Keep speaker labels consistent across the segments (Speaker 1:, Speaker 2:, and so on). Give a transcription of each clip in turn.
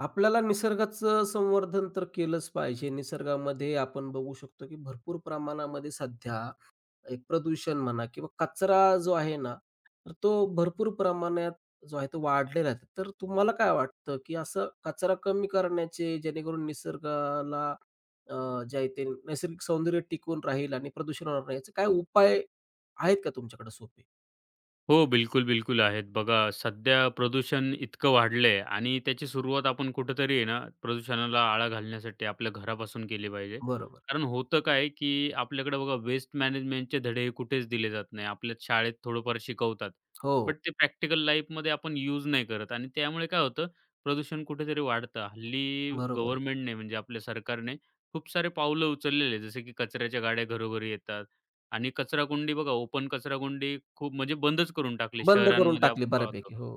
Speaker 1: आपल्याला निसर्गाचं संवर्धन तर केलंच पाहिजे. निसर्गामध्ये आपण बघू शकतो, की भरपूर प्रमाणामध्ये सध्या एक प्रदूषण म्हणा किंवा कचरा जो आहे ना, तर तो भरपूर प्रमाणात जो आहे तो वाढलेला आहे. तर तुम्हाला काय वाटतं, की असं कचरा कमी करण्याचे जेणेकरून निसर्गाला अ, जे आहे ते नैसर्गिक सौंदर्य टिकून राहील आणि प्रदूषण होणार नाही, याचे काय उपाय आहेत का तुमच्याकडे सोपे?
Speaker 2: हो, बिलकुल, बिलकुल आहेत. बघा सध्या प्रदूषण इतकं वाढलंय आणि त्याची सुरुवात आपण कुठेतरी आहे ना, प्रदूषणाला आळा घालण्यासाठी आपल्या घरापासून केली पाहिजे.
Speaker 1: बरोबर.
Speaker 2: कारण होतं काय, की आपल्याकडे बघा वेस्ट मॅनेजमेंटचे धडे हे कुठेच दिले जात नाही. आपल्या शाळेत थोडंफार शिकवतात.
Speaker 1: हो,
Speaker 2: बट ते प्रॅक्टिकल लाईफमध्ये आपण यूज नाही करत आणि त्यामुळे काय होतं, प्रदूषण कुठेतरी वाढतं. हल्ली
Speaker 1: बरोबर आहे.
Speaker 2: गव्हर्नमेंटने म्हणजे आपल्या सरकारने खूप सारे पावलं उचललेले, जसे की कचऱ्याच्या गाड्या घरोघरी येतात. आणि कचराकुंडी बघा ओपन कचराकुंडी खूप म्हणजे बंदच करून टाकली
Speaker 1: बंद करून
Speaker 2: शहरांमध्ये
Speaker 1: टाकली
Speaker 2: आपण पाहतो.
Speaker 1: बऱ्यापैकी. हो.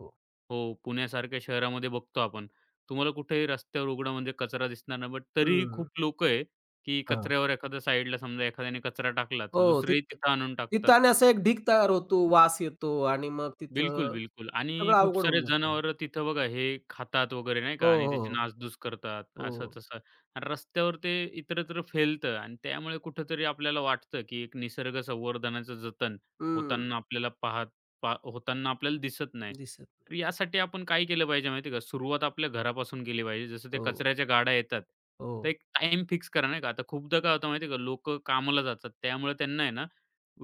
Speaker 2: हो, पुण्यासारख्या शहरामध्ये बघतो आपण. तुम्हाला कुठेही रस्त्यावर उघडा म्हणजे कचरा दिसणार नाही. बट तरीही
Speaker 1: हं.
Speaker 2: खूप लोकं आहे, की कचऱ्यावर एखाद्या साईडला समजा एखाद्याने कचरा टाकला, तर
Speaker 1: हो,
Speaker 2: दुसरेही
Speaker 1: तिथं
Speaker 2: तिथं आणून टाकतात.
Speaker 1: तिथं आणि असा एक ढीग तयार होतो, वास येतो आणि मग
Speaker 2: बिलकुल,
Speaker 1: तिथं
Speaker 2: बिलकुल. आणि
Speaker 1: सगळं
Speaker 2: खूप
Speaker 1: अवघड
Speaker 2: सारे
Speaker 1: होऊन जातं.
Speaker 2: जनावरं तिथं बघा हे खातात वगैरे नाही
Speaker 1: हो,
Speaker 2: का आणि
Speaker 1: हो,
Speaker 2: त्याची
Speaker 1: हो.
Speaker 2: नासधूस करतात
Speaker 1: हो.
Speaker 2: असं-तसं. आणि रस्त्यावर ते इतरत्र फैलतं आणि त्यामुळे कुठेतरी आपल्याला वाटतं, की एक निसर्ग संवर्धनाचं जतन
Speaker 1: हं.
Speaker 2: होताना आपल्याला पाहत पा होताना आपल्याला दिसत नाही.
Speaker 1: दिसत नाही.
Speaker 2: तर यासाठी आपण काय केलं पाहिजे माहिती आहे का? सुरुवात आपल्या घरापासून केली पाहिजे. जसं त्या
Speaker 1: हो,
Speaker 2: कचऱ्याच्या गाड्या येतात,
Speaker 1: हो,
Speaker 2: तर एक टाईम फिक्स करा नाही का. आता खूपदा काय होतं माहिती आहे का? लोकं कामाला जातात त्यामुळे त्यांना आहे ना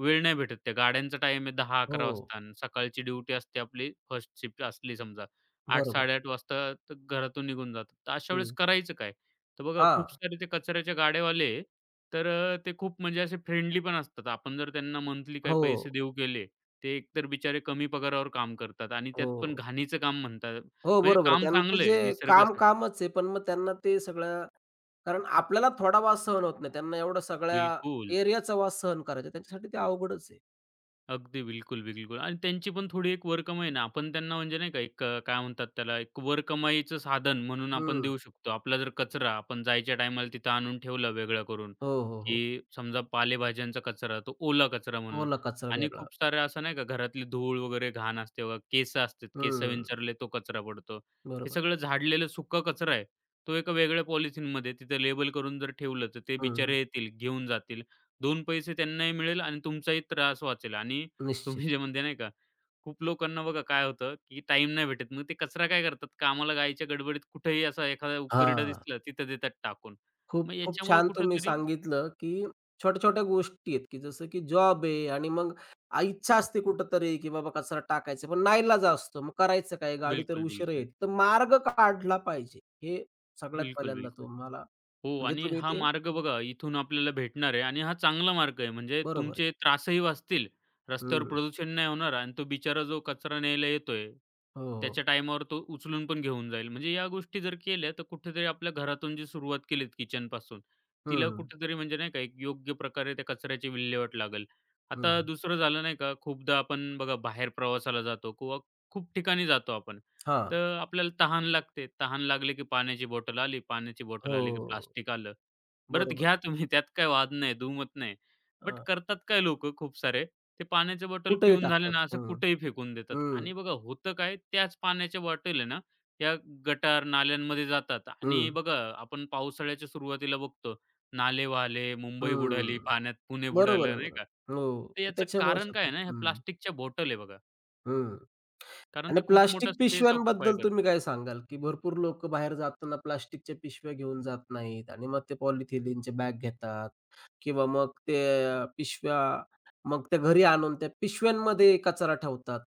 Speaker 2: वेळ नाही भेटत. त्या गाड्यांचा टाईम आहे
Speaker 1: हो.
Speaker 2: 10-11 वाजता आणि सकाळची ड्युटी असते आपली फर्स्ट शिफ्ट असली समजा
Speaker 1: बरोबर.
Speaker 2: 8-8:30 वाजता तर घरातून निघून जातात. तर अशा वेळेस
Speaker 1: हं.
Speaker 2: करायचं काय? तर बघा
Speaker 1: हां.
Speaker 2: खूप सारे ते कचऱ्याचे गाडेवाले तर ते खूप म्हणजे असे फ्रेंडली पण असतात. आपण जर त्यांना मंथली काही पैसे
Speaker 1: हो,
Speaker 2: देऊ केले, ते एकतर बिचारे कमी पगारावर काम करतात आणि त्यात पण
Speaker 1: हो.
Speaker 2: घाणीचं काम म्हणतात.
Speaker 1: हो,
Speaker 2: म्हणजे
Speaker 1: बरोबर आहे.
Speaker 2: काम
Speaker 1: त्यांचं
Speaker 2: चांगलं आहे
Speaker 1: जे काम
Speaker 2: निसर्गासाठी.
Speaker 1: कामच आहे, पण मग त्यांना ते सगळं कारण आपल्याला थोडा वास सहन होत नाही. त्यांना एवढा सगळ्या
Speaker 2: बिलकुल.
Speaker 1: एरियाचा वास सहन करायचा आहे. त्यांच्यासाठी ते अवघडच आहे.
Speaker 2: अगदी बिलकुल, बिलकुल. आणि त्यांची पण थोडी एक वरकमाई ना, आपण त्यांना म्हणजे नाही का एक काय म्हणतात त्याला, एक वरकमाईचं साधन म्हणून आपण
Speaker 1: हं.
Speaker 2: देऊ शकतो. आपला जर कचरा आपण जायच्या टायमाला तिथं आणून ठेवला वेगळा करून,
Speaker 1: हो, हो, हो.
Speaker 2: की समजा पालेभाज्यांचा कचरा, तो ओला कचरा म्हणून.
Speaker 1: ओला कचरा
Speaker 2: आणि
Speaker 1: वेगळा.
Speaker 2: खूप सारे असं नाही का घरातली धूळ वगैरे घाण असते बघा, केसं असतात, केस
Speaker 1: हं.
Speaker 2: विंचरले तो कचरा पडतो. हे
Speaker 1: बरोबर.
Speaker 2: सगळं झाडलेलं सुका कचरा आहे, तो एका वेगळ्या पॉलिथिनमध्ये तिथं लेबल करून जर ठेवलं, तर ते
Speaker 1: हं.
Speaker 2: बिचारे येतील, घेऊन जातील. 2 पैसे त्यांनाही मिळेल आणि तुमचाही त्रास वाचेल आणि
Speaker 1: निश्चित.
Speaker 2: तुम्ही जे म्हणते नाही का, खूप लोकांना बघा काय होतं, की टाइम नाही भेटत. मग ते कचरा काय करतात, कामाला जायच्या गडबडीत कुठेही असा एखादा उकिरडा
Speaker 1: हां.
Speaker 2: दिसला, तिथं देतात टाकून.
Speaker 1: खूप
Speaker 2: मग
Speaker 1: खूप
Speaker 2: याच्यामुळे
Speaker 1: छान तुम्ही
Speaker 2: कुठेतरी
Speaker 1: सांगितलं, की छोट्या-छोट्या गोष्टी आहेत, की जसं की जॉब आहे आणि मग इच्छा असते कुठेतरी, की बाबा कचरा टाकायचा, पण नाईलाज असतो. मग करायचं काय? गाडी तर
Speaker 2: बिलकुल,
Speaker 1: उशिरा
Speaker 2: बिलकुल.
Speaker 1: येते. तर मार्ग काढला पाहिजे. हे सगळ्यात
Speaker 2: बिलकुल,
Speaker 1: पहिल्यांदा
Speaker 2: बिलकुल.
Speaker 1: तुम्हाला
Speaker 2: हो
Speaker 1: म्हणजे
Speaker 2: आणि
Speaker 1: तुम्ही
Speaker 2: हा
Speaker 1: ते
Speaker 2: मार्ग बघा इथून आपल्याला भेटणार आहे आणि हा चांगला मार्ग आहे. म्हणजे
Speaker 1: बरोबर आहे.
Speaker 2: तुमचे त्रासही वाचतील. रस्त्यावर
Speaker 1: हं.
Speaker 2: प्रदूषण नाही होणार आणि तो बिचारा जो कचरा न्यायला येतोय,
Speaker 1: हो, हो.
Speaker 2: त्याच्या टाईमावर तो उचलून पण घेऊन जाईल. म्हणजे या गोष्टी जर केल्या तर कुठेतरी आपल्या घरातून जी सुरुवात केलीत किचनपासून, तिला
Speaker 1: हं,
Speaker 2: कुठेतरी म्हणजे नाही का एक योग्य प्रकारे त्या कचऱ्याची विल्हेवाट लागेल. आता
Speaker 1: हं.
Speaker 2: दुसरं झालं नाही का, खूपदा आपण बघा बाहेर प्रवासाला जातो किंवा खूप ठिकाणी जातो आपण.
Speaker 1: हां.
Speaker 2: तर आपल्याला तहान लागते. तहान लागली की पाण्याची बॉटल आली, पाण्याची बॉटल आली की
Speaker 1: हो.
Speaker 2: प्लास्टिक आलं. बरं ते
Speaker 1: बरोबर.
Speaker 2: घ्या तुम्ही त्यात काही वाद नाही, दुमत नाही. बट
Speaker 1: हां.
Speaker 2: करतात काय लोकं खूप सारे, ते पाण्याची बॉटल
Speaker 1: कुठेही
Speaker 2: पिऊन झाले
Speaker 1: टाकतात.
Speaker 2: ना, असं
Speaker 1: हं.
Speaker 2: कुठेही फेकून देतात
Speaker 1: हं,
Speaker 2: आणि बघा होतं काय, त्याच पाण्याच्या बॉटल आहे ना, त्या गटार, नाल्यांमध्ये जातात आणि
Speaker 1: हं,
Speaker 2: बघा आपण पावसाळ्याच्या सुरुवातीला बघतो, नाले वाहले, मुंबई बुडाली,
Speaker 1: हं.
Speaker 2: पाण्यात पुणे
Speaker 1: बरोबर आहे,
Speaker 2: बुडालं नाही का?
Speaker 1: बरोबर. हो.
Speaker 2: तर याचं
Speaker 1: त्याच्यामुळेच
Speaker 2: कारण काय
Speaker 1: होतं.
Speaker 2: आहे ना, ह्या
Speaker 1: हं,
Speaker 2: प्लास्टिकच्या बॉटल आहे बघा.
Speaker 1: हं.
Speaker 2: कारण
Speaker 1: आणि
Speaker 2: ते खूप मोठा
Speaker 1: प्लास्टिक
Speaker 2: स्पेस ऑक्युपाय
Speaker 1: पिशव्यांबद्दल तुम्ही
Speaker 2: करतात.
Speaker 1: काय सांगाल? की भरपूर लोकं बाहेर जाताना प्लास्टिकच्या पिशव्या घेऊन जात नाहीत आणि मग ते पॉलिथिलीनच्या बॅग घेतात किंवा मग ते पिशव्या मग त्या घरी आणून त्या पिशव्यांमध्ये कचरा ठेवतात.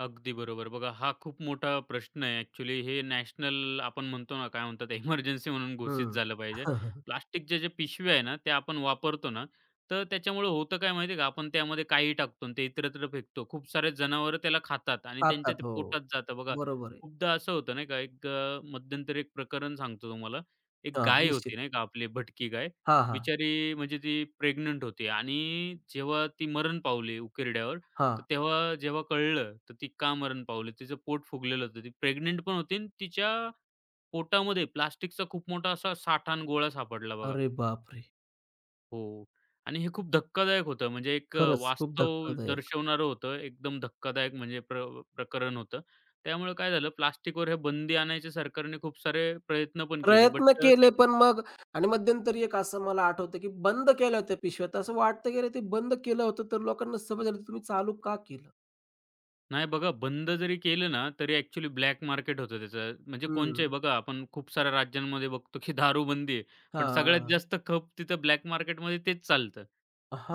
Speaker 2: अगदी बरोबर. बघा हा खूप मोठा प्रश्न आहे ॲक्चुअली हे नॅशनल आपण म्हणतो ना, काय म्हणतात इमर्जन्सी म्हणून घोषित
Speaker 1: हं.
Speaker 2: झालं पाहिजे. प्लास्टिकच्या ज्या पिशव्या आहे ना, त्या आपण वापरतो ना, तर त्याच्यामुळे होतं काय माहिती आहे का, आपण त्यामध्ये काही टाकतो आणि ते इतरत्र फेकतो. खूप सारे जनावरं त्याला खातात आणि त्यांच्या
Speaker 1: खातात.
Speaker 2: ते
Speaker 1: हो.
Speaker 2: पोटात जातं बघा.
Speaker 1: बरोबर आहे.
Speaker 2: खूपदा असं होतं नाही का, एक मध्यंतरी एक प्रकरण सांगतो तुम्हाला. एक
Speaker 1: हां,
Speaker 2: गाय होती
Speaker 1: निश्चित.
Speaker 2: नाही का आपली भटकी गाय.
Speaker 1: हां, हां.
Speaker 2: बिचारी म्हणजे ती प्रेग्नंट होती आणि जेव्हा ती मरण पावली उकिरड्यावर,
Speaker 1: हां.
Speaker 2: तर तेव्हा जेव्हा कळलं, तर ती का मरण पावली. तिचं पोट फुगलेलं होतं. ती प्रेग्नंट पण होती आणि तिच्या पोटामध्ये प्लास्टिकचा खूप मोठा असा साठा गोळा सापडला बघा.
Speaker 1: अरे बापरे!
Speaker 2: हो. आणि हे खूप धक्कादायक होतं. म्हणजे एक
Speaker 1: खरंच खूप
Speaker 2: वास्तव
Speaker 1: धक्कादायक.
Speaker 2: दर्शवणारं होतं. एकदम धक्कादायक म्हणजे प्रकरण होतं. त्यामुळे काय झालं, प्लास्टिकवर हे बंदी आणायचे सरकारने खूप सारे प्रयत्न पण केले.
Speaker 1: प्रयत्न
Speaker 2: बट
Speaker 1: केले, पण मग आणि मध्यंतरी एक असं मला आठवतं, की बंद केल्या होत्या पिशव्या. तर असं वाटतं, की अरे ते बंद केलं होतं, तर लोकांना समज आली, तुम्ही चालू का केलं?
Speaker 2: नाही बघा, बंद जरी केलं ना, तरी ॲक्चुअली ब्लॅक मार्केट होतं त्याचं. म्हणजे कोणचंही
Speaker 1: हं.
Speaker 2: बघा, आपण खूप साऱ्या राज्यांमध्ये बघतो, की दारूबंदी आहे. पण सगळ्यात
Speaker 1: हां.
Speaker 2: जास्त खप तिथं ब्लॅक मार्केटमध्ये तेच चालतं.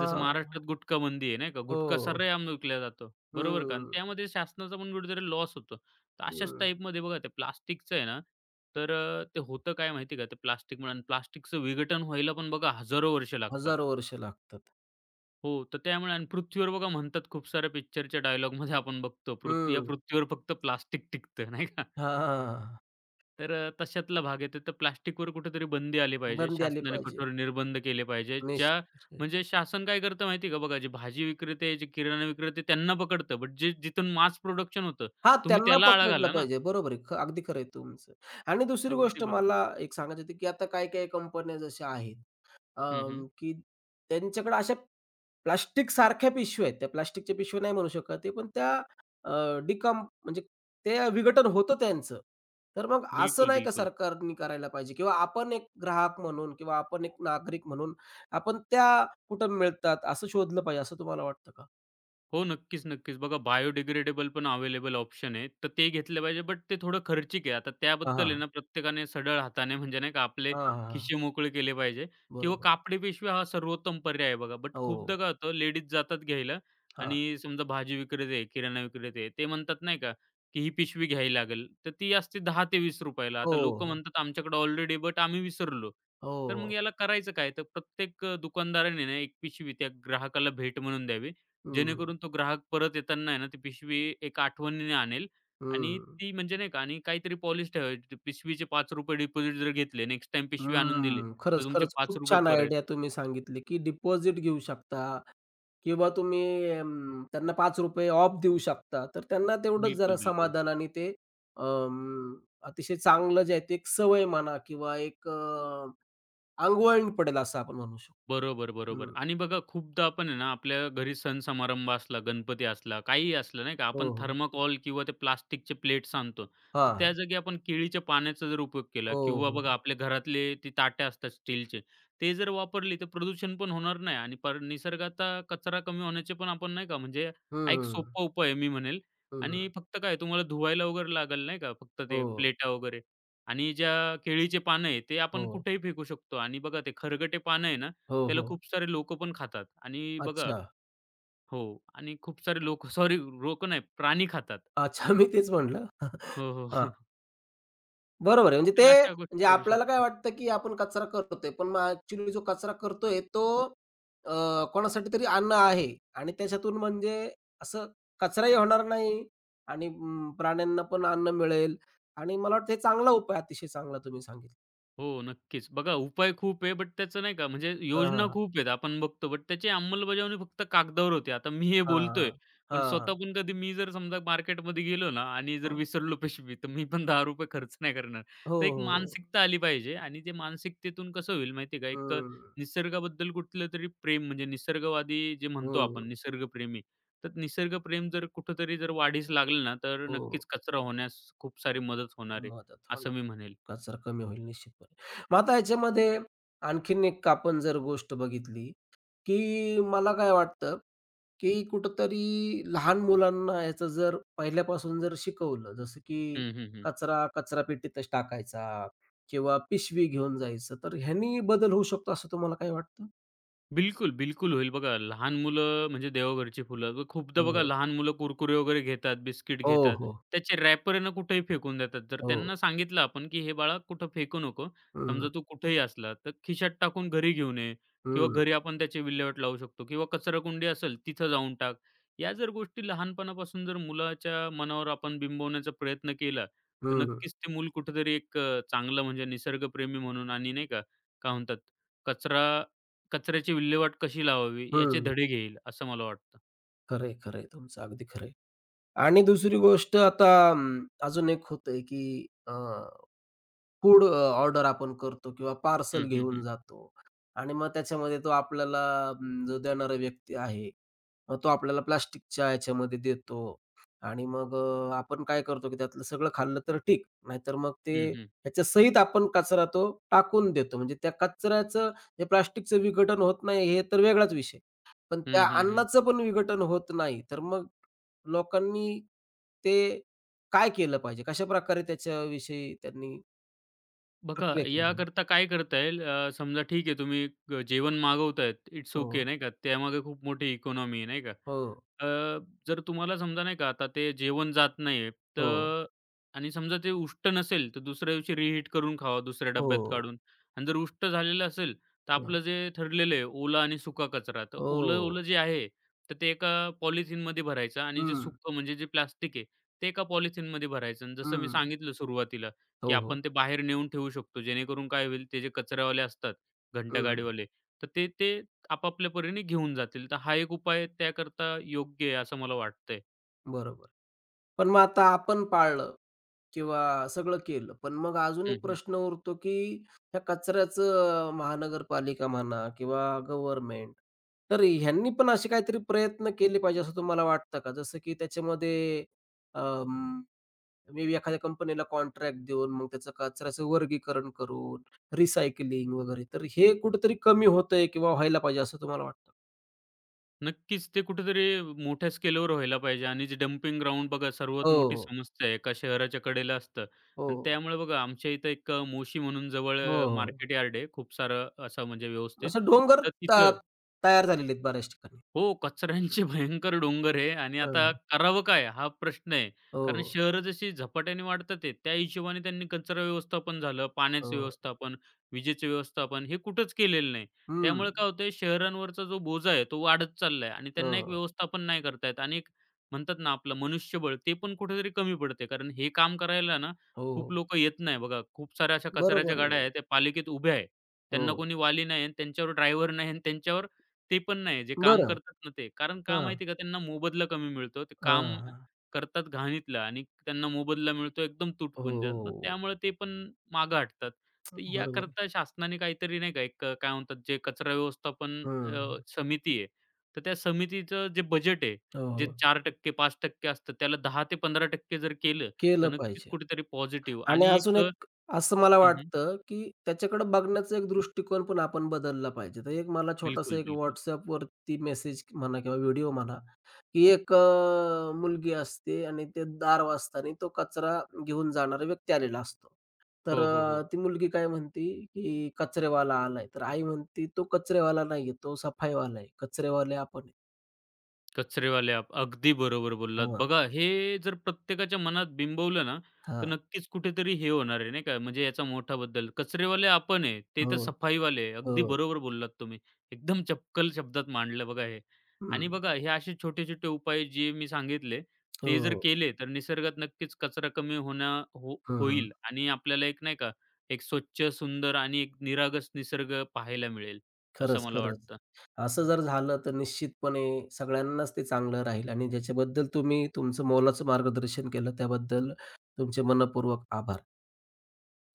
Speaker 2: जसं महाराष्ट्रात गुटखा बंदी आहे, नाही का? गुटखा
Speaker 1: हो.
Speaker 2: सर्रेआम विकला जातो, बरोबर का? आणि
Speaker 1: हं.
Speaker 2: त्यामध्ये शासनाचा पण कुठेतरी लॉस होतो. तर अशाच
Speaker 1: हं.
Speaker 2: टाईपमध्ये बघा, ते प्लास्टिकचं आहे ना, तर ते होतं काय माहिती आहे का, ते प्लास्टिकमुळे आणि प्लास्टिकचं विघटन व्हायला पण बघा हजारो वर्ष लागतात.
Speaker 1: हजारो वर्ष लागतात.
Speaker 2: हो, तर त्यामुळे आणि पृथ्वीवर बघा म्हणतात खूप साऱ्या पिक्चरच्या डायलॉगमध्ये आपण बघतो, पृथ्वी या
Speaker 1: हं.
Speaker 2: पृथ्वीवर फक्त प्लास्टिक टिकतं, नाही का?
Speaker 1: हां.
Speaker 2: तर तशातला भाग येतो. तर प्लास्टिकवर कुठेतरी बंदी आली पाहिजे.
Speaker 1: बंदी आली
Speaker 2: शासनाने
Speaker 1: पाहिजे.
Speaker 2: कठोर निर्बंध केले पाहिजे. ज्या
Speaker 1: निश्चित.
Speaker 2: म्हणजे शासन काय करतं माहिती आहे का? बघा, जे भाजी विक्रेते, जे किराणा विक्रेते त्यांना पकडतं. बट जे जिथून मास प्रोडक्शन होतं,
Speaker 1: हां,
Speaker 2: तुम्ही
Speaker 1: त्यांना
Speaker 2: त्याला आळा
Speaker 1: पकडलं
Speaker 2: घाला ना.
Speaker 1: पाहिजे. बरोबर आहे. अगदी खरं आहे तुमचं. आणि दुसरी
Speaker 2: अगदी
Speaker 1: गोष्ट
Speaker 2: बरोबर.
Speaker 1: मला एक सांगायची होती, की आता काही-काही कंपन्या जशा आहेत,
Speaker 2: हं, हं.
Speaker 1: की त्यांच्याकडे अशा प्लास्टिक सारख्या पिशव्या आहेत. त्या प्लास्टिकच्या पिशव्या नाही म्हणू शकत आहे, पण त्या अ, डिकंप म्हणजे ते विघटन होतं त्यांचं. तर मग असं
Speaker 2: बिलकुल,
Speaker 1: नाही का
Speaker 2: बिलकुल.
Speaker 1: सरकारनी करायला पाहिजे किंवा आपण एक ग्राहक म्हणून किंवा आपण एक नागरिक म्हणून आपण त्या कुठं मिळतात असं शोधलं पाहिजे असं तुम्हाला वाटतं का?
Speaker 2: हो, नक्कीच, नक्कीच. बघा बायोडिग्रेडेबल पण अवेलेबल ऑप्शन आहे. तर ते घेतलं पाहिजे, बट ते थोडं खर्चिक आहे. आता
Speaker 1: हां,
Speaker 2: त्याबद्दल आहे
Speaker 1: हां.
Speaker 2: ना, प्रत्येकाने सढळ हाताने म्हणजे नाही का आपले
Speaker 1: हां, हां, हां.
Speaker 2: खिसे मोकळे केले पाहिजे किंवा
Speaker 1: बरोबर.
Speaker 2: कापडी पिशव्या हा सर्वोत्तम पर्याय आहे बघा. बट
Speaker 1: हो.
Speaker 2: खूपदा काय होतं लेडीज जातात घ्यायला
Speaker 1: हां.
Speaker 2: आणि समजा भाजी विक्रेते आहे, किराणा विक्रेते आहे, ते म्हणतात नाही का, की ही पिशवी घ्यावी लागेल. तर ती असते ₹10 ते ₹20 ला.
Speaker 1: हो,
Speaker 2: आता लोकं
Speaker 1: हो.
Speaker 2: म्हणतात आमच्याकडे ऑलरेडी बट आम्ही विसरलो. तर मग
Speaker 1: हो.
Speaker 2: याला करायचं काय? तर प्रत्येक दुकानदाराने ना, एक पिशवी त्या ग्राहकाला भेट म्हणून द्यावी
Speaker 1: हं,
Speaker 2: जेणेकरून तो ग्राहक परत येताना आहे ना, ती पिशवी एक आठवणीने आणेल आणि
Speaker 1: हं.
Speaker 2: ती म्हणजे नाही का आणि काहीतरी पॉलिश ठेवायची. ते पिशवीचे ₹5 डिपॉझिट जर घेतले, नेक्स्ट टाइम पिशवी आणून दिली,
Speaker 1: हम्म.
Speaker 2: तर
Speaker 1: खरंच,
Speaker 2: तुमचे
Speaker 1: खरंच खूप
Speaker 2: ₹5
Speaker 1: छान
Speaker 2: परत.
Speaker 1: आयडिया तुम्ही सांगितली, की डिपॉझिट घेऊ शकता किंवा तुम्ही त्यांना ₹5 ऑफ देऊ शकता. तर त्यांना तेवढंच जरा
Speaker 2: बिलकुल, बिलकुल.
Speaker 1: समाधान आणि ते अं, अतिशय चांगलं जे आहे ते एक सवय म्हणा किंवा एक अंगवळण पडेल असं आपण म्हणू शकतो.
Speaker 2: बरोबर, बरोबर.
Speaker 1: हं.
Speaker 2: आणि बघा खूपदा आपण आहे ना, आपल्या घरी सण समारंभ असला, गणपती असला, काहीही असलं नाही का,
Speaker 1: हो,
Speaker 2: आपण
Speaker 1: हो.
Speaker 2: थर्माकॉल किंवा ते प्लास्टिकचे प्लेट्स आणतो. तर
Speaker 1: हां, हां.
Speaker 2: त्या जागी आपण केळीच्या पाण्याचा जर उपयोग केला
Speaker 1: हो,
Speaker 2: किंवा
Speaker 1: हो.
Speaker 2: बघा आपल्या घरातले ती ताटे असतात स्टीलचे, ते जर वापरली तर प्रदूषण पण होणार नाही आणि पर निसर्गाचा कचरा कमी होण्याचे पण आपण नाही का, म्हणजे
Speaker 1: हं,
Speaker 2: हा एक
Speaker 1: हं.
Speaker 2: सोपा उपाय आहे मी म्हणेल.
Speaker 1: हं.
Speaker 2: आणि फक्त काय तुम्हाला धुवायला वगैरे लागेल नाही का, फक्त ते
Speaker 1: हो,
Speaker 2: प्लेटा वगैरे. आणि ज्या केळीचे पानं आहे, ते आपण
Speaker 1: हो.
Speaker 2: कुठेही फेकू शकतो आणि बघा ते खरगटे पानं आहे ना
Speaker 1: हो,
Speaker 2: त्याला
Speaker 1: हो.
Speaker 2: खूप सारे लोकं पण खातात आणि बघा
Speaker 1: अच्छा.
Speaker 2: हो. आणि खूप सारे लोकं सॉरी लोकं नाही प्राणी खातात.
Speaker 1: अच्छा मी तेच म्हटलं.
Speaker 2: हो, हो. हो.
Speaker 1: बरोबर आहे. म्हणजे
Speaker 2: तर
Speaker 1: ते
Speaker 2: अशा
Speaker 1: म्हणजे
Speaker 2: गोष्टी करू
Speaker 1: आपल्याला काय
Speaker 2: शकतो.
Speaker 1: वाटतं, की आपण कचरा करतोय. पण मग ॲक्चुअली जो कचरा करतोय तो अ, कोणासाठी तरी अन्न आहे आणि त्याच्यातून म्हणजे असं कचराही होणार नाही आणि प्राण्यांना पण अन्न मिळेल आणि मला वाटतं हे चांगला उपाय अतिशय चांगला तुम्ही सांगितला.
Speaker 2: हो, नक्कीच. बघा उपाय खूप आहे, बट त्याचं नाही का म्हणजे
Speaker 1: हां,
Speaker 2: योजना
Speaker 1: हां,
Speaker 2: खूप आहेत आपण बघतो, बट त्याची अंमलबजावणी फक्त कागदावर होते. आता मी हे
Speaker 1: हां,
Speaker 2: बोलतोय, पण
Speaker 1: हां, हां,
Speaker 2: स्वतःहून कधी मी जर समजा मार्केटमध्ये गेलो ना आणि जर विसरलो पिशवी, तर मी पण ₹10 खर्च नाही करणार.
Speaker 1: हो,
Speaker 2: तर एक
Speaker 1: हो.
Speaker 2: मानसिकता आली पाहिजे आणि ते मानसिकतेतून कसं होईल माहिती का,
Speaker 1: हो.
Speaker 2: एक निसर्गाबद्दल कुठलंतरी प्रेम म्हणजे निसर्गवादी जे म्हणतो
Speaker 1: हं,
Speaker 2: आपण
Speaker 1: हं.
Speaker 2: निसर्गप्रेमी, तर निसर्गप्रेम जर कुठेतरी जर वाढीस लागलं ना, तर
Speaker 1: हो,
Speaker 2: नक्कीच कचरा होण्यास खूप सारी मदत होणार आहे,
Speaker 1: मदत
Speaker 2: असं
Speaker 1: होणार.
Speaker 2: मी म्हणेल.
Speaker 1: कचरा कमी होईल निश्चितपणे. मग आता ह्याच्यामध्ये आणखीन एक आपण जर गोष्ट बघितली, की मला काय वाटतं, की कुठेतरी लहान मुलांना ह्याचं जर पहिल्यापासून जर शिकवलं, जसं की
Speaker 2: हं, हं, हं.
Speaker 1: कचरा कचरापेटीतच टाकायचा किंवा पिशवी घेऊन जायचं, तर ह्यानी बदल होऊ शकतो असं तुम्हाला काय वाटतं?
Speaker 2: बिलकुल, बिलकुल होईल. बघा लहान मुलं म्हणजे देवघरची फुलं. खूपदा
Speaker 1: हो,
Speaker 2: बघा
Speaker 1: हो.
Speaker 2: लहान मुलं कुरकुरे वगैरे घेतात, बिस्किट
Speaker 1: हो,
Speaker 2: घेतात.
Speaker 1: हो.
Speaker 2: त्याचे रॅपर आहे ना कुठेही फेकून देतात. जर
Speaker 1: हो.
Speaker 2: त्यांना सांगितलं आपण, की "हे बाळा कुठं फेकू नको.
Speaker 1: हं,
Speaker 2: समजा तू कुठेही असला तर खिशात टाकून घरी घेऊन ये किंवा
Speaker 1: हं,
Speaker 2: घरी आपण त्याची विल्हेवाट लावू शकतो किंवा कचराकुंडी असेल तिथं जाऊन टाक." या जर गोष्टी लहानपणापासून जर मुलाच्या मनावर आपण बिंबवण्याचा प्रयत्न केला, तर
Speaker 1: हं,
Speaker 2: नक्कीच ते मूल कुठेतरी एक चांगलं म्हणजे निसर्गप्रेमी म्हणून आणि नाही का, काय म्हणतात कचरा कचऱ्याची विल्हेवाट कशी लावावी याचे
Speaker 1: हं, हं.
Speaker 2: धडे घेईल असं मला वाटतं.
Speaker 1: तुमचं. अगदी खरं आणि दुसरी गोष्ट आता अं, अजून एक होतंय, की फूड ऑर्डर आपण करतो किंवा पार्सल
Speaker 2: हं, हं,
Speaker 1: घेऊन
Speaker 2: हं.
Speaker 1: जातो आणि मग त्याच्यामध्ये तो आपल्याला जो देणारा व्यक्ती आहे मग तो आपल्याला प्लास्टिकच्या ह्याच्यामध्ये देतो आणि मग आपण काय करतो, की त्यातलं सगळं खाल्लं तर ठीक, नाहीतर मग ते
Speaker 2: हं, हं.
Speaker 1: ह्याच्यासहित आपण कचरा तो टाकून देतो. म्हणजे त्या कचऱ्याचं हे प्लास्टिकचं विघटन होत नाही हे तर वेगळाच विषय. पण त्या
Speaker 2: हं, हं, हं.
Speaker 1: अन्नाचं पण विघटन होत नाही. तर मग लोकांनी ते काय केलं पाहिजे? कशाप्रकारे त्याच्याविषयी त्यांनी
Speaker 2: बघा
Speaker 1: प्रक्रिया केली पाहिजे?
Speaker 2: याकरता काय करता येईल समजा ठीक आहे तुम्ही जेवण मागवतायत, इट्स ओके
Speaker 1: हो,
Speaker 2: नाही का. त्यामागे खूप मोठी इकॉनॉमी आहे नाही का.
Speaker 1: हो,
Speaker 2: अ, जर तुम्हाला समजा नाही का आता ते जेवण जात नाहीये,
Speaker 1: हो,
Speaker 2: तर आणि समजा ते उष्ट नसेल, तर दुसऱ्या दिवशी रिहीट करून खावा दुसऱ्या
Speaker 1: हो,
Speaker 2: डब्यात काढून. आणि जर उष्ट झालेलं असेल, तर
Speaker 1: हं,
Speaker 2: आपलं जे ठरलेलं आहे ओला आणि सुका कचरा, तर
Speaker 1: हो,
Speaker 2: ओलं-ओलं जे आहे, तर ते एका पॉलिथिनमध्ये भरायचं आणि जे
Speaker 1: हं,
Speaker 2: सुकं म्हणजे जे प्लास्टिक आहे, ते एका पॉलिथिनमध्ये भरायचं. आणि जसं मी
Speaker 1: हं,
Speaker 2: सांगितलं सुरुवातीला, की
Speaker 1: हो, हो,
Speaker 2: आपण ते बाहेर नेऊन ठेवू शकतो. जेणेकरून काय होईल, ते जे कचरावाले असतात,
Speaker 1: हं.
Speaker 2: घंटागाडीवाले, तर ते ते आपापल्या परीने घेऊन जातील. तर हा एक उपाय त्याकरता योग्य आहे असं मला वाटतंय.
Speaker 1: बरोबर. पण मग आता आपण पाळलं किंवा सगळं केलं. पण मग अजून
Speaker 2: हं,
Speaker 1: एक
Speaker 2: हं.
Speaker 1: प्रश्न उरतो, की त्या कचऱ्याचं महानगरपालिका म्हणा किंवा गव्हर्नमेंट, तर ह्यांनी पण असे काहीतरी प्रयत्न केले पाहिजे असं तुम्हाला वाटतं का? जसं की त्याच्यामध्ये अं, मे बी एखाद्या कंपनीला कॉन्ट्रॅक्ट देऊन मग त्याचं कचऱ्याचं वर्गीकरण करून, रिसायकलिंग वगैरे. तर हे कुठेतरी कमी होतंय किंवा व्हायला पाहिजे असं तुम्हाला वाटतं?
Speaker 2: नक्कीच ते कुठेतरी मोठ्या स्केलवर व्हायला पाहिजे आणि जे डंपिंग ग्राउंड बघा
Speaker 1: हो,
Speaker 2: सर्वात मोठी
Speaker 1: हो.
Speaker 2: समस्या आहे एका शहराच्या कडेला असतं
Speaker 1: हो,
Speaker 2: आणि
Speaker 1: हो.
Speaker 2: त्यामुळे बघा आमच्या इथं एक मोशी म्हणून जवळ
Speaker 1: हो, हो.
Speaker 2: मार्केट यार्ड आहे खूप सारं असं म्हणजे व्यवस्थित.
Speaker 1: असं डोंगर
Speaker 2: तर
Speaker 1: त
Speaker 2: तिथं
Speaker 1: तयार झालेले आहेत बऱ्याच ठिकाणी.
Speaker 2: हो, कचऱ्यांचे भयंकर डोंगर आहे आणि आता
Speaker 1: हं.
Speaker 2: करावं काय? हा प्रश्न आहे. कारण
Speaker 1: हो,
Speaker 2: शहरं जशी झपाट्याने वाढतात आहे, त्या हिशोबाने त्यांनी कचरा व्यवस्थापन झालं, पाण्याचं
Speaker 1: हो.
Speaker 2: व्यवस्थापन, विजेचं व्यवस्थापन हे कुठंच केलेलं नाही.
Speaker 1: हं.
Speaker 2: त्यामुळे काय होतंय शहरांवरचा जो बोजा आहे तो वाढत चालला आणि त्यांना एक
Speaker 1: हो,
Speaker 2: व्यवस्थापन नाही करता आणि एक म्हणतात ना आपलं मनुष्यबळ ते पण कुठेतरी कमी पडते. कारण हे काम करायला ना
Speaker 1: हो.
Speaker 2: खूप लोकं येत नाही बघा. खूप साऱ्या अशा कचऱ्याच्या
Speaker 1: बरोबर
Speaker 2: गाड्या
Speaker 1: आहे.
Speaker 2: आहेत त्या पालिकेत उभ्या आहे. त्यांना
Speaker 1: हो.
Speaker 2: कोणी वाली नाही आणि त्यांच्यावर ड्रायव्हर नाही आणि त्यांच्यावर ते पण नाही, जे काम
Speaker 1: बरं.
Speaker 2: करतात ना ते. कारण का
Speaker 1: हां,
Speaker 2: माहिती का त्यांना मोबदला कमी मिळतो. ते काम
Speaker 1: हां,
Speaker 2: करतात घाणीतलं आणि त्यांना मोबदला मिळतो एकदम तुटपुंजा. मग
Speaker 1: हो,
Speaker 2: त्यामुळे ते पण मागं हटतात. तर
Speaker 1: बरोबर आहे.
Speaker 2: याकरता शासनाने काहीतरी नाही का एक काय म्हणतात जे कचरा व्यवस्थापन
Speaker 1: हं.
Speaker 2: समिती आहे. तर त्या समितीचं जे बजेट आहे,
Speaker 1: हो,
Speaker 2: जे
Speaker 1: हो.
Speaker 2: 4% 5% असतं त्याला 10% ते 15% जर केलं, तर
Speaker 1: केलं
Speaker 2: नक्कीच
Speaker 1: पाहिजे.
Speaker 2: कुठेतरी पॉझिटिव्ह
Speaker 1: आणि
Speaker 2: आणि
Speaker 1: अजून
Speaker 2: एक
Speaker 1: एक असं मला
Speaker 2: हं, हं.
Speaker 1: वाटतं, की त्याच्याकडे बघण्याचा एक दृष्टिकोन पण आपण बदलला पाहिजे. तर एक मला छोटासा
Speaker 2: बिलकुल,
Speaker 1: एक
Speaker 2: बिलकुल.
Speaker 1: WhatsAppवरती मेसेज म्हणा किंवा व्हिडिओ म्हणा, की एक मुलगी असते आणि ते दार वाजताना तो कचरा घेऊन जाणारा व्यक्ती आलेला असतो. तर
Speaker 2: हो, हो, हो.
Speaker 1: ती मुलगी काय म्हणते, की "कचरेवाला आलाय." तर आई म्हणते, "तो कचरेवाला नाहीये, तो सफाईवाला आहे. कचरेवाले आपण आहे."
Speaker 2: कचरेवाले ॲप. अगदी बरोबर बोललात.
Speaker 1: हां,
Speaker 2: बघा हे जर प्रत्येकाच्या मनात बिंबवलं ना, तर
Speaker 1: हां.
Speaker 2: नक्कीच कुठेतरी हे होणार आहे नाही का, म्हणजे याचा मोठा बदल. कचरेवाले आपण आहे, ते
Speaker 1: हो,
Speaker 2: तर सफाईवाले आहे. अगदी
Speaker 1: हो.
Speaker 2: बरोबर बोललात तुम्ही. एकदम चपकल शब्दात मांडलं बघा हे.
Speaker 1: हं.
Speaker 2: आणि बघा हे असे छोटे-छोटे उपाय जे मी सांगितले, ते जर
Speaker 1: हो.
Speaker 2: केले तर निसर्गात नक्कीच कचरा कमी होणं हो
Speaker 1: हं,
Speaker 2: होईल आणि आपल्याला एक नाही का, एक स्वच्छ, सुंदर आणि एक निरागस निसर्ग पाहायला मिळेल, असं
Speaker 1: खरंच,
Speaker 2: मला
Speaker 1: खरंच.
Speaker 2: वाटतं.
Speaker 1: असं जर झालं तर निश्चितपणे सगळ्यांनाच ते चांगलं राहील आणि ज्याच्याबद्दल तुम्ही तुमचं मोलाचं मार्गदर्शन केलं त्याबद्दल तुमचे मनःपूर्वक आभार.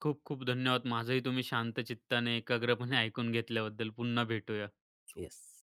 Speaker 2: खूप खूप धन्यवाद. माझंही तुम्ही शांत चित्ताने, एकाग्रपणे ऐकून घेतल्याबद्दल. पुन्हा भेटूया.
Speaker 1: येस.